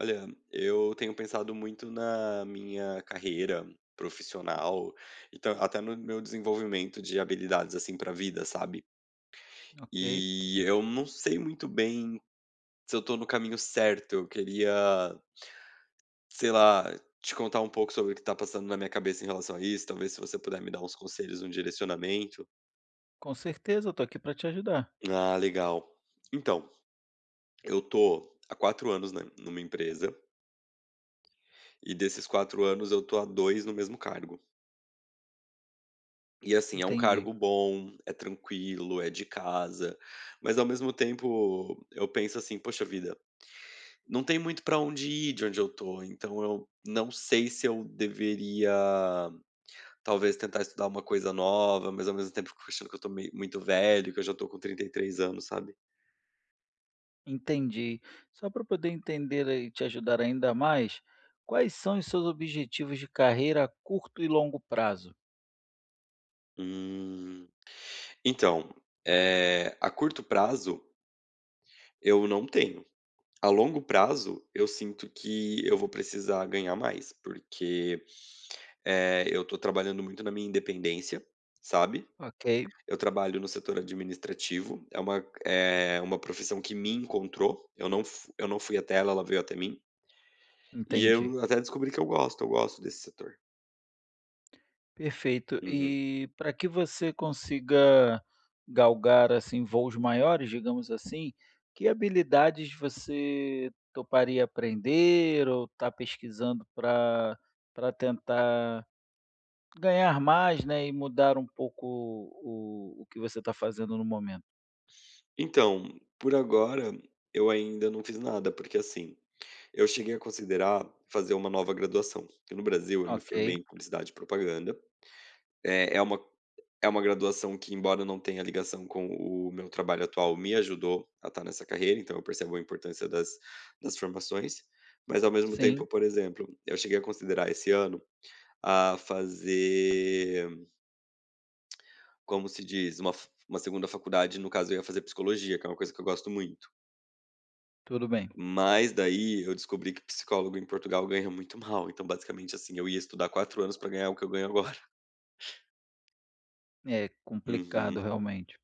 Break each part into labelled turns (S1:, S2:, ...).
S1: Olha, eu tenho pensado muito na minha carreira profissional, então até no meu desenvolvimento de habilidades assim para a vida, sabe?
S2: Ok,
S1: E eu não sei muito bem se eu tô no caminho certo. Eu queria, sei lá, te contar um pouco sobre o que tá passando na minha cabeça em relação a isso. Talvez se você puder me dar uns conselhos, um direcionamento.
S2: com certeza, eu tô aqui para te ajudar.
S1: Ah, legal. Então, eu tô há 4 anos, né, numa empresa, e desses 4 anos eu tô há 2 no mesmo cargo. E assim, é um
S2: Entendi,
S1: cargo bom, é tranquilo, é de casa, mas ao mesmo tempo eu penso assim: "Poxa vida, não tem muito pra onde ir de onde eu tô, então eu não sei se eu deveria talvez tentar estudar uma coisa nova", mas ao mesmo tempo fico achando que eu tô meio muito velho, que eu já tô com 33 anos, sabe.
S2: entendi. Só para poder entender e te ajudar ainda mais, quais são os seus objetivos de carreira a curto e longo prazo?
S1: Hum, então, a curto prazo eu não tenho. A longo prazo, eu sinto que eu vou precisar ganhar mais, porque eu estou trabalhando muito na minha independência, sabe.
S2: Ok,
S1: Eu trabalho no setor administrativo, é uma profissão que me encontrou, eu não fui até ela, ela veio até mim, e
S2: entendi.
S1: eu até descobri que eu gosto desse setor.
S2: Perfeito.
S1: Uhum.
S2: E para que você consiga galgar assim voos maiores, digamos assim, que habilidades você toparia aprender ou está pesquisando para tentar ganhar mais, né, e mudar um pouco o que você está fazendo no momento.
S1: Então, por agora, eu ainda não fiz nada, porque assim, eu cheguei a considerar fazer uma nova graduação, porque no Brasil eu me
S2: Ok,
S1: formei em publicidade e propaganda. É é uma é uma graduação que, embora não tenha ligação com o meu trabalho atual, me ajudou a estar nessa carreira, então eu percebo a importância das formações, mas ao mesmo
S2: sim,
S1: tempo, por exemplo, eu cheguei a considerar esse ano a fazer, como se diz, uma segunda faculdade, no caso eu ia fazer psicologia, que é uma coisa que eu gosto muito.
S2: tudo bem.
S1: Mas daí eu descobri que psicólogo em Portugal ganha muito mal, então basicamente, assim, eu ia estudar 4 anos para ganhar o que eu ganho agora.
S2: É complicado
S1: Uhum,
S2: realmente.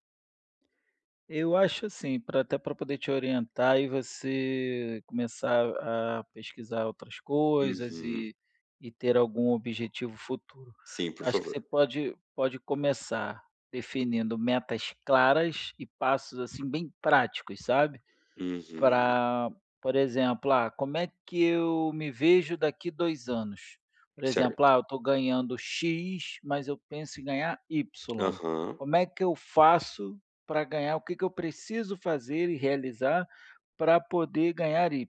S2: Eu acho assim, pra até para poder te orientar e você começar a pesquisar outras coisas
S1: uhum.
S2: e ter algum objetivo futuro.
S1: Sim, por
S2: Acho que você
S1: favor.
S2: pode começar definindo metas claras e passos, assim, bem práticos, sabe?
S1: Uhum.
S2: Para, por exemplo, ah, como é que eu me vejo daqui 2 anos? Por exemplo,
S1: Certo.
S2: ah, eu estou ganhando "X", mas eu penso em ganhar "Y".
S1: Aham.
S2: Como é que eu faço para ganhar o que que eu preciso fazer e realizar para poder ganhar "Y"?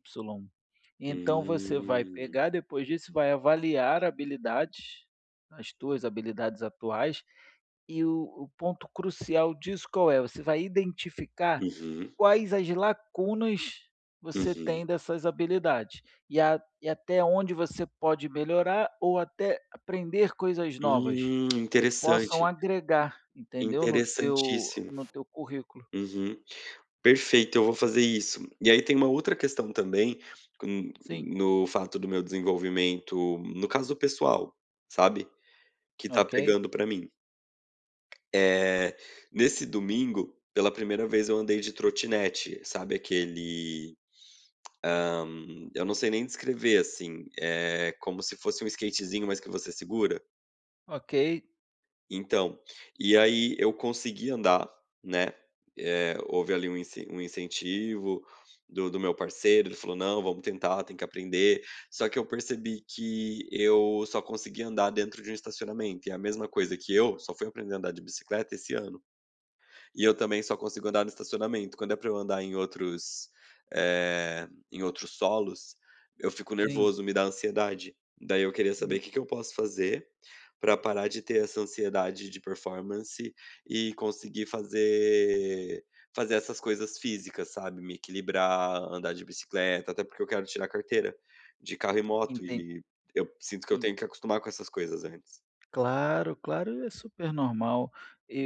S2: Então você vai
S1: Hum.
S2: pegar depois disso, vai avaliar habilidades, as tuas habilidades atuais, e o ponto crucial disso qual é? Você vai identificar
S1: Uhum,
S2: quais as lacunas você
S1: uhum.
S2: tem dessas habilidades? E a e até onde você pode melhorar ou até aprender coisas novas que possam
S1: Interessante,
S2: agregar, entendeu, no teu
S1: interessantíssimo.
S2: no teu currículo.
S1: Uhum. Perfeito, eu vou fazer isso. E aí tem uma outra questão também, com
S2: Sim,
S1: no fato do meu desenvolvimento, no caso pessoal, sabe, que tá
S2: ok,
S1: pegando pra mim. É nesse domingo, pela primeira vez eu andei de trotinete, sabe aquele, hã, eu não sei nem descrever, assim, é como se fosse um skatezinho, mas que você segura?
S2: ok,
S1: Então, e aí eu consegui andar, né, houve ali um incen um incentivo do meu parceiro, ele falou: "Não, vamos tentar, tem que aprender". Só que eu percebi que eu só consegui andar dentro de um estacionamento, e é a mesma coisa que eu, só fui aprender a andar de bicicleta esse ano. E eu também só consigo andar no estacionamento. Quando é pra eu andar em outros, em outros solos, eu fico
S2: sim,
S1: nervoso, me dá ansiedade. Daí eu queria saber
S2: entendi.
S1: o que que eu posso fazer pra parar de ter essa ansiedade de performance e conseguir fazer essas coisas físicas, sabe, me equilibrar, andar de bicicleta, até porque eu quero tirar carteira de carro e moto e eu sinto que eu tenho que acostumar com essas coisas antes.
S2: Claro, claro, é super normal.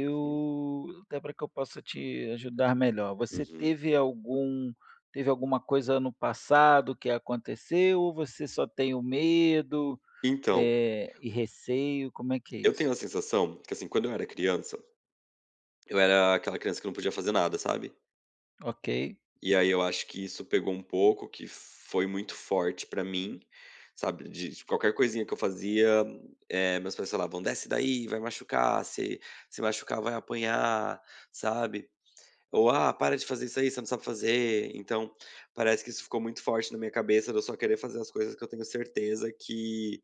S1: Uhum.
S2: até para que eu possa te ajudar melhor, você
S1: Uhum.
S2: teve algum teve alguma coisa no passado que aconteceu ou você só tem o medo,
S1: Então,
S2: e receio, como é que é
S1: eu tenho
S2: isso?
S1: a sensação que, assim, quando eu era criança eu era aquela criança que não podia fazer nada, sabe.
S2: Ok,
S1: E aí eu acho que isso pegou um pouco, que foi muito forte pra mim, sabe, de qualquer coisinha que eu fazia, meus pais falavam: "Desce daí, vai machucar, se machucar vai apanhar", sabe. Ou: "Ah, para de fazer isso aí, você não sabe fazer". Então, parece que isso ficou muito forte na minha cabeça de eu só querer fazer as coisas que eu tenho certeza que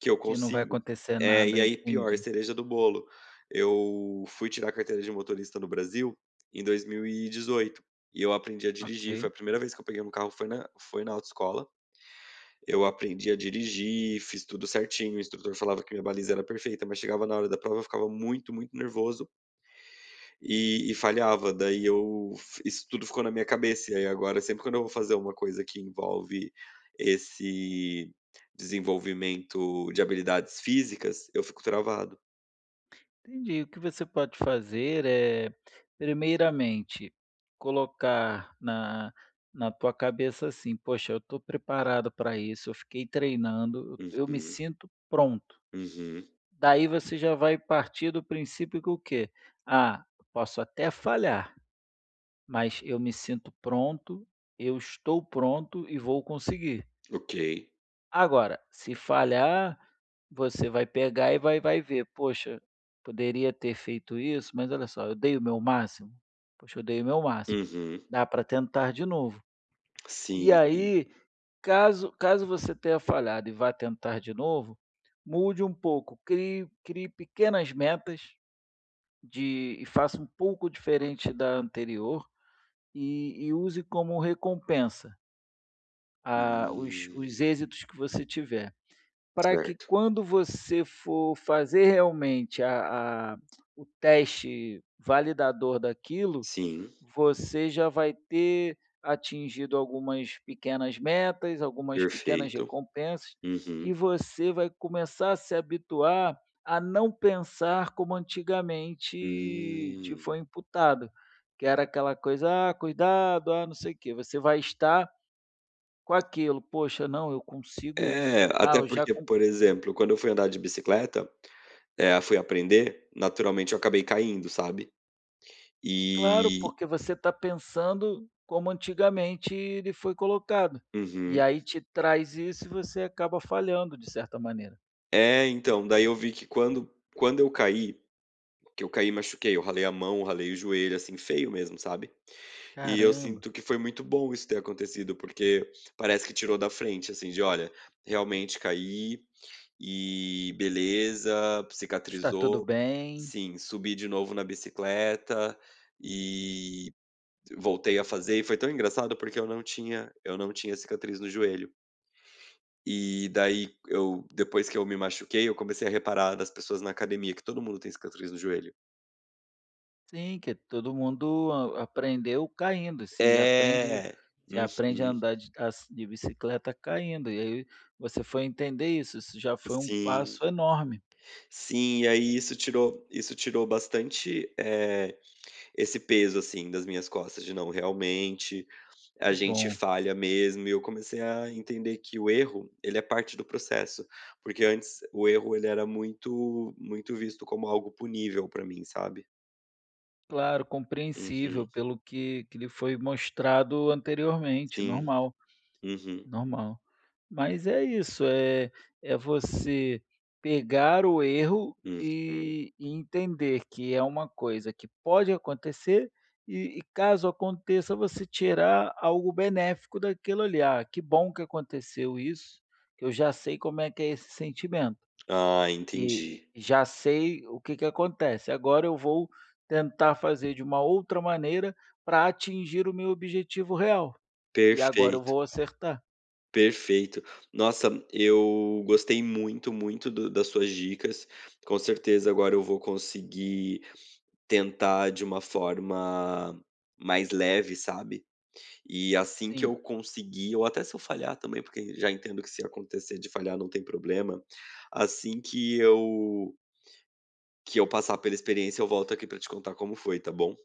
S1: que eu
S2: que não vai
S1: consigo.
S2: acontecer
S1: É,
S2: nada,
S1: e aí pior, é
S2: entendi.
S1: cereja do bolo, eu fui tirar a carteira de motorista no Brasil em 2018, e 18. E eu aprendi a dirigir, foi
S2: Ok.
S1: a primeira vez que eu peguei um carro foi na autoescola. Eu aprendi a dirigir, fiz tudo certinho, o instrutor falava que minha baliza era perfeita, mas chegava na hora da prova eu ficava muito, muito nervoso, e falhava, daí eu f isso tudo ficou na minha cabeça, e aí agora sempre quando eu vou fazer uma coisa que envolve esse desenvolvimento de habilidades físicas, eu fico travado.
S2: Entendi. O que você pode fazer é, primeiramente, colocar na, na tua cabeça assim: poxa, eu estou preparado para isso, eu fiquei treinando, eu me
S1: Uhum,
S2: sinto pronto.
S1: uhum,
S2: Daí você já vai partir do princípio que o quê? Ah, eu posso até falhar, mas eu me sinto pronto, eu estou pronto e vou conseguir.
S1: ok.
S2: Agora, se falhar, você vai pegar e vai ver: "Poxa, poderia ter feito isso, mas olha só, eu dei o meu máximo? Poxa, eu dei o meu máximo.
S1: Uhum.
S2: Dá para tentar de novo". E
S1: Sim, sim.
S2: aí, caso você tenha falhado e vá tentar de novo, mude um pouco, crie pequenas metas de e faça um pouco diferente da anterior e use como recompensa a os
S1: Hum,
S2: êxitos que você tiver. Para que
S1: certo.
S2: quando você for fazer realmente a o teste validador daquilo,
S1: Sim,
S2: você já vai ter atingido algumas pequenas metas, algumas pequenas
S1: perfeito.
S2: recompensas, e
S1: Uhum.
S2: você vai começar a se habituar a não pensar como antigamente te
S1: Hum.
S2: foi imputado, que era aquela coisa: "Ah, cuidado, ah, não sei o quê", você vai estar com aquilo: "Poxa, não, eu consigo
S1: É,
S2: isso. Ah,
S1: até
S2: eu já
S1: porque, por exemplo, quando eu fui andar de bicicleta, é fui aprender, naturalmente eu acabei caindo, sabe.
S2: Claro,
S1: E
S2: porque você está pensando como antigamente ele foi colocado.
S1: uhum.
S2: E aí te traz isso e você acaba falhando de certa maneira.
S1: É, então, daí eu vi que quando eu caí, que eu caí e machuquei, eu ralei a mão, ralei o joelho, assim, feio mesmo, sabe. E eu
S2: "Caramba,
S1: sinto que foi muito bom isso ter acontecido, porque parece que tirou da frente, assim, de: "Olha, realmente caí e beleza,
S2: está tudo
S1: cicatrizou".
S2: bem".
S1: Sim, subi de novo na bicicleta e voltei a fazer, e foi tão engraçado porque eu não tinha cicatriz no joelho. E daí eu depois que eu me machuquei, eu comecei a reparar das pessoas na academia que todo mundo tem cicatriz no joelho.
S2: Sim, que todo mundo a aprendeu caindo, se aprende
S1: É.
S2: se aprende a
S1: Uhum.
S2: andar de as de bicicleta caindo, e aí você foi entender isso, isso já foi um
S1: Sim.
S2: passo enorme.
S1: Sim, e aí isso tirou bastante, esse peso, assim, das minhas costas de não, realmente a
S2: Que
S1: gente
S2: bom.
S1: falha mesmo e eu comecei a entender que o erro, ele é parte do processo, porque antes o erro ele era muito muito visto como algo punível pra mim, sabe.
S2: Claro, compreensível
S1: Uhum.
S2: pelo que lhe foi mostrado anteriormente,
S1: Sim.
S2: normal.
S1: Uhum.
S2: Normal. Mas é isso, é é você pegar o erro
S1: Uhum.
S2: e entender que é uma coisa que pode acontecer e caso aconteça, você tirar algo benéfico daquilo ali. "Ah, que bom que aconteceu isso, que eu já sei como é que é esse sentimento
S1: Ah, entendi.
S2: e já sei o que que acontece. Agora eu vou tentar fazer de uma outra maneira para atingir o meu objetivo real, e agora eu
S1: Perfeito,
S2: vou acertar".
S1: perfeito. Nossa, eu gostei muito, muito do das suas dicas. Com certeza agora eu vou conseguir tentar de uma forma mais leve, sabe. E assim que eu
S2: Sim.
S1: conseguir ou até se eu falhar também, porque já entendo que se acontecer de falhar não tem problema, assim que eu passar pela experiência eu volto aqui para te contar como foi, tá bom?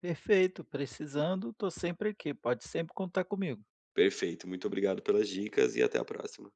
S2: Perfeito, precisando, estou sempre aqui, pode sempre contar comigo.
S1: Perfeito, muito obrigado pelas dicas e até a próxima.